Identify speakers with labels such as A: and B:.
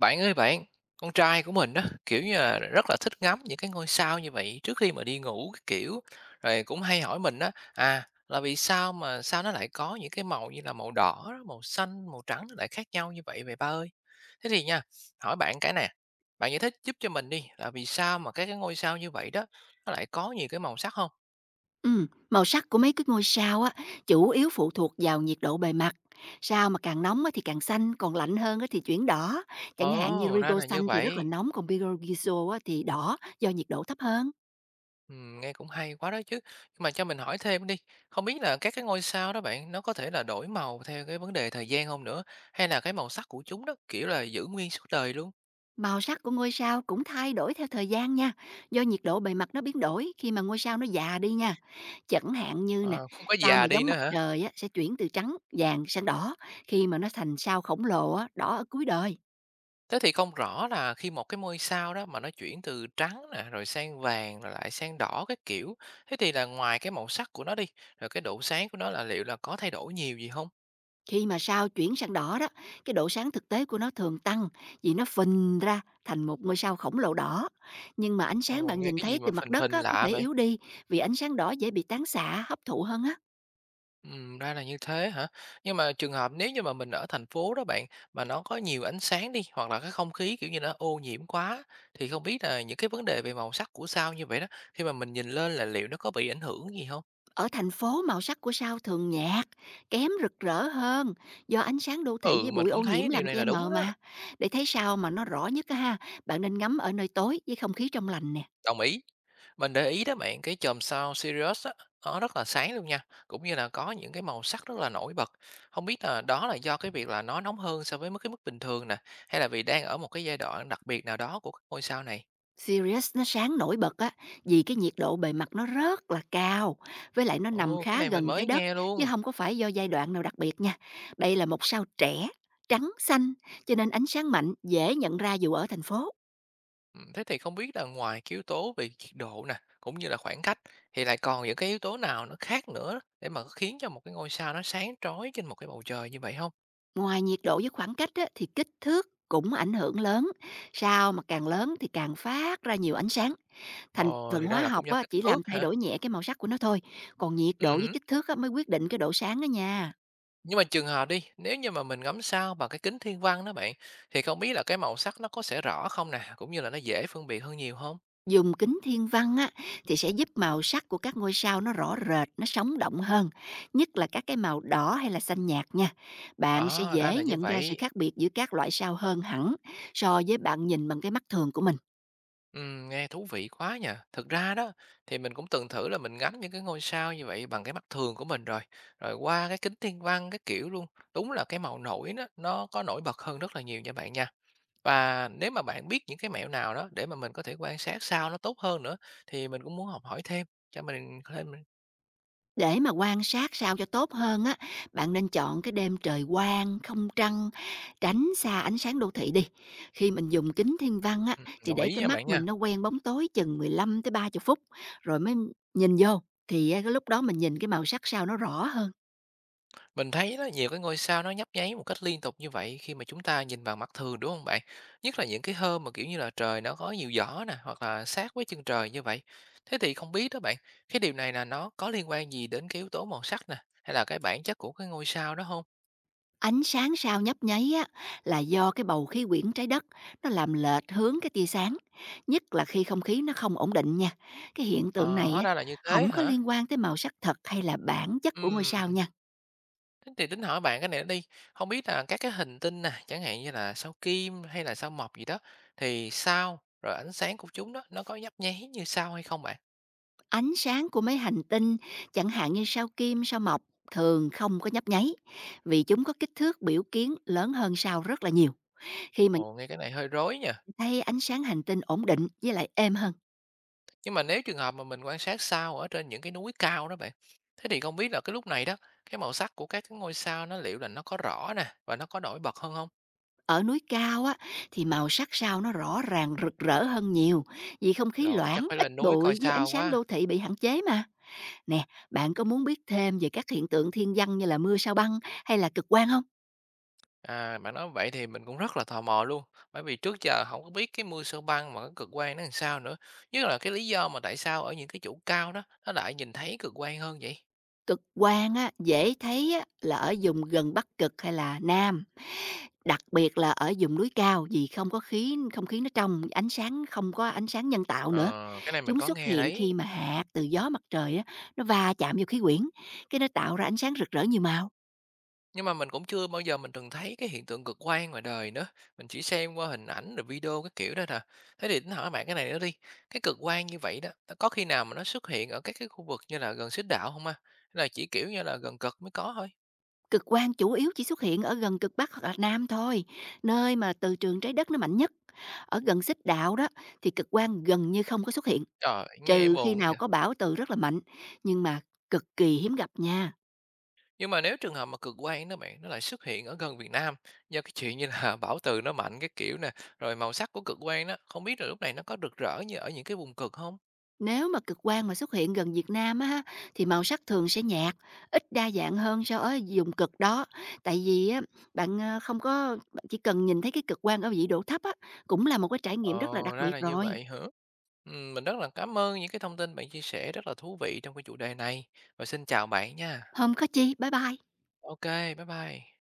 A: Bạn ơi bạn, con trai của mình đó kiểu như là, rất là thích ngắm những cái ngôi sao như vậy trước khi mà đi ngủ cái kiểu. Rồi cũng hay hỏi mình đó à, là vì sao mà sao nó lại có những cái màu như là màu đỏ, màu xanh, màu trắng nó lại khác nhau như vậy vậy ba ơi? Thế thì nha, hỏi bạn cái nè, bạn giải thích giúp cho mình đi, là vì sao mà các cái ngôi sao như vậy đó nó lại có nhiều cái màu sắc không?
B: Màu sắc của mấy cái ngôi sao á, chủ yếu phụ thuộc vào nhiệt độ bề mặt. Sao mà càng nóng á thì càng xanh, còn lạnh hơn á thì chuyển đỏ. Chẳng hạn như
A: Ồ, ra
B: Rigo
A: là như
B: xanh thì rất là
A: vậy.
B: nóng, còn Betelgeuse á thì đỏ do nhiệt độ thấp hơn.
A: Nghe cũng hay quá đó chứ. Nhưng mà cho mình hỏi thêm đi, không biết là các cái ngôi sao đó bạn, nó có thể là đổi màu theo cái vấn đề thời gian không nữa? Hay là cái màu sắc của chúng đó, kiểu là, giữ nguyên suốt đời luôn?
B: Màu sắc của ngôi sao cũng thay đổi theo thời gian nha, do nhiệt độ bề mặt nó biến đổi khi mà ngôi sao nó già đi nha. Chẳng hạn như nè,
A: Ờ, không có
B: sao mà
A: già đi
B: giống
A: nữa
B: mặt
A: hả?
B: trời á, sẽ chuyển từ trắng, vàng sang đỏ khi mà nó thành sao khổng lồ á, đỏ ở cuối đời.
A: Thế thì không rõ là khi một cái ngôi sao đó mà nó chuyển từ trắng nè, rồi sang vàng, rồi lại sang đỏ cái kiểu, thế thì là ngoài cái màu sắc của nó đi, rồi cái độ sáng của nó là liệu là có thay đổi nhiều gì không?
B: Khi mà sao chuyển sang đỏ đó, cái độ sáng thực tế của nó thường tăng vì nó phình ra thành một ngôi sao khổng lồ đỏ. Nhưng mà ánh sáng
A: Ồ,
B: bạn
A: nghe
B: nhìn
A: cái
B: thấy
A: gì mà
B: từ mặt
A: phình
B: đất á,
A: phình
B: có
A: lạ
B: thể
A: vậy?
B: yếu đi vì ánh sáng đỏ dễ bị tán xạ, hấp thụ hơn á.
A: Ra là như thế hả? Nhưng mà trường hợp nếu như mà mình ở thành phố đó bạn, mà nó có nhiều ánh sáng đi, hoặc là cái không khí, kiểu như nó ô nhiễm quá, thì không biết là những cái vấn đề về màu sắc của sao như vậy đó, khi mà mình nhìn lên là liệu nó có bị ảnh hưởng gì không?
B: Ở thành phố màu sắc của sao thường nhạt, kém rực rỡ hơn do ánh sáng đô thị với
A: Ừ, mình
B: bụi ô
A: cũng
B: nhiễm
A: thấy điều
B: làm
A: này
B: che
A: là
B: mờ
A: đúng đó,
B: mà. Để thấy sao mà nó rõ nhất á ha, bạn nên ngắm ở nơi tối với không khí trong lành nè.
A: đồng ý. Mình để ý đó bạn, cái chòm sao Sirius á, nó rất là sáng luôn nha, cũng như là có những cái màu sắc rất là nổi bật. Không biết là đó là do cái việc là nó nóng hơn so với cái mức bình thường nè, hay là vì đang ở một cái giai đoạn đặc biệt nào đó của các ngôi sao này?
B: Sirius nó sáng nổi bật á, vì cái nhiệt độ bề mặt nó rất là cao, với lại nó nằm
A: Ồ, cái
B: khá
A: này mình
B: gần trái
A: mới
B: đất,
A: nghe
B: chứ
A: luôn.
B: không có phải do giai đoạn nào đặc biệt nha. Đây là một sao trẻ, trắng xanh, cho nên ánh sáng mạnh, dễ nhận ra dù ở thành phố.
A: Thế thì không biết là ngoài cái yếu tố về nhiệt độ nè, cũng như là khoảng cách, thì lại còn những cái yếu tố nào nó khác nữa để mà khiến cho một cái ngôi sao nó sáng trói trên một cái bầu trời như vậy không?
B: Ngoài nhiệt độ với khoảng cách á, thì kích thước cũng ảnh hưởng lớn. Sao mà càng lớn thì càng phát ra nhiều ánh sáng. Thành
A: Ồ,
B: phần
A: thì ra
B: hóa
A: là cũng
B: học
A: do
B: á,
A: kích
B: chỉ
A: thước
B: làm thay
A: hả?
B: đổi nhẹ cái màu sắc của nó thôi, còn nhiệt độ với
A: Ừm.
B: kích thước á, mới quyết định cái độ sáng đó nha.
A: Nhưng mà trường hợp đi, nếu như mà mình ngắm sao bằng cái kính thiên văn đó bạn, thì không biết là cái màu sắc nó có sẽ rõ không nè, cũng như là nó dễ phân biệt hơn nhiều không?
B: Dùng kính thiên văn á, thì sẽ giúp màu sắc của các ngôi sao nó rõ rệt, nó sống động hơn, nhất là các cái màu đỏ hay là xanh nhạt nha. Bạn sẽ
A: Ờ, ra
B: dễ
A: là như
B: nhận ra sự
A: vậy.
B: khác biệt giữa các loại sao hơn hẳn so với bạn nhìn bằng cái mắt thường của mình.
A: Nghe thú vị quá nhỉ. Thực ra đó thì mình cũng từng thử là mình ngắm những cái ngôi sao như vậy bằng cái mắt thường của mình rồi, rồi qua cái kính thiên văn cái kiểu luôn. Đúng là cái màu nổi nó có nổi bật hơn rất là nhiều nha bạn nha. Và nếu mà bạn biết những cái mẹo nào đó để mà mình có thể quan sát sao nó tốt hơn nữa thì mình cũng muốn học hỏi thêm cho mình thêm mình
B: Để mà quan sát sao cho tốt hơn á, bạn nên chọn cái đêm trời quang, không trăng, tránh xa ánh sáng đô thị đi. Khi mình dùng kính thiên văn á, thì
A: Đồng
B: để
A: ý
B: cái
A: nha
B: mắt
A: bạn nha.
B: mình nó quen bóng tối chừng 15 tới 30 phút rồi mới nhìn vô, thì á, cái lúc đó mình nhìn cái màu sắc sao nó rõ hơn.
A: Mình thấy đó, nhiều cái ngôi sao nó nhấp nháy một cách liên tục như vậy khi mà chúng ta nhìn bằng mắt thường đúng không bạn? Nhất là những cái hôm mà kiểu như là trời nó có nhiều gió nè hoặc là sát với chân trời như vậy. Thế thì không biết đó bạn, cái điều này là nó có liên quan gì đến cái yếu tố màu sắc nè, hay là cái bản chất của cái ngôi sao đó không?
B: Ánh sáng sao nhấp nháy á, là do cái bầu khí quyển trái đất nó làm lệch hướng cái tia sáng, nhất là khi không khí nó không ổn định nha. Cái hiện tượng
A: Ờ,
B: này
A: hóa ra là
B: á,
A: như
B: không
A: thế
B: có
A: hả?
B: liên quan tới màu sắc thật hay là bản chất của ngôi sao
A: Ừm.
B: nha.
A: Thế thì tính hỏi bạn cái này đi. Không biết là các cái hành tinh nè, chẳng hạn như là sao Kim hay là sao Mộc gì đó, thì sao rồi ánh sáng của chúng đó nó có nhấp nháy như sao hay không bạn?
B: Ánh sáng của mấy hành tinh, chẳng hạn như sao Kim, sao Mộc, thường không có nhấp nháy, vì chúng có kích thước biểu kiến lớn hơn sao rất là nhiều. Khi mà nhìn
A: Ồ, nghe cái này hơi rối nhỉ?
B: thấy ánh sáng hành tinh ổn định với lại êm hơn,
A: Nhưng mà nếu trường hợp mà mình quan sát sao ở trên những cái núi cao đó bạn, thế thì không biết là cái lúc này đó, cái màu sắc của các cái ngôi sao nó liệu là nó có rõ nè, và nó có nổi bật hơn không?
B: ở núi cao á thì màu sắc sao nó rõ ràng rực rỡ hơn nhiều, vì không khí
A: Rồi, chắc
B: loãng,
A: phải
B: ít
A: lên núi coi
B: bụi với ánh
A: sao
B: sáng
A: quá.
B: đô thị bị hạn chế mà. Nè, bạn có muốn biết thêm về các hiện tượng thiên văn như là mưa sao băng hay là cực quang không?
A: À, bạn nói vậy thì mình cũng rất là tò mò luôn, bởi vì trước giờ không có biết cái mưa sao băng mà cái cực quang nó làm sao nữa, nhất là cái lý do mà tại sao ở những cái chỗ cao đó, nó lại nhìn thấy cực quang hơn vậy?
B: Cực quang á dễ thấy á, là ở vùng gần Bắc Cực hay là Nam. Đặc biệt là ở vùng núi cao vì không khí nó trong, ánh sáng không có ánh sáng nhân tạo nữa.
A: Ờ, cái này mình
B: Chúng
A: có
B: xuất
A: nghe
B: hiện
A: đấy.
B: khi mà hạt từ gió mặt trời á, nó va chạm vào khí quyển, cái nó tạo ra ánh sáng rực rỡ nhiều màu.
A: Nhưng mà mình cũng chưa bao giờ mình từng thấy cái hiện tượng cực quang ngoài đời nữa, mình chỉ xem qua hình ảnh rồi video cái kiểu đó nè. Thế thì tính hỏi bạn cái này nữa đi, cái cực quang như vậy đó, nó có khi nào mà nó xuất hiện ở các cái khu vực như là gần xích đạo không, à hay là chỉ, kiểu như là, gần cực mới có thôi?
B: Cực quang chủ yếu chỉ xuất hiện ở gần cực Bắc hoặc là Nam thôi, nơi mà từ trường trái đất nó mạnh nhất. Ở gần xích đạo đó thì cực quang gần như không có xuất hiện,
A: Trời, nghe
B: trừ khi
A: buồn
B: nào
A: vậy!
B: có bão từ rất là mạnh, nhưng mà cực kỳ hiếm gặp nha.
A: Nhưng mà nếu trường hợp mà cực quang đó bạn, nó lại xuất hiện ở gần Việt Nam, do cái chuyện như là bão từ nó mạnh cái kiểu nè, rồi màu sắc của cực quang đó, không biết là lúc này nó có rực rỡ như ở những cái vùng cực không?
B: Nếu mà cực quang mà xuất hiện gần Việt Nam á ha, thì màu sắc thường sẽ nhạt, ít đa dạng hơn so ở vùng cực đó. Tại vì á, bạn ờ, không có bạn chỉ cần nhìn thấy cái cực quang ở vị độ thấp á, cũng là một cái trải nghiệm rất là
A: Ồ,
B: đặc
A: ra
B: biệt
A: là như
B: rồi.
A: vậy hả? Mình rất là cảm ơn những cái thông tin bạn chia sẻ rất là thú vị trong cái chủ đề này. Và xin chào bạn nha.
B: Hôm có chi, bye bye.
A: OK, bye bye.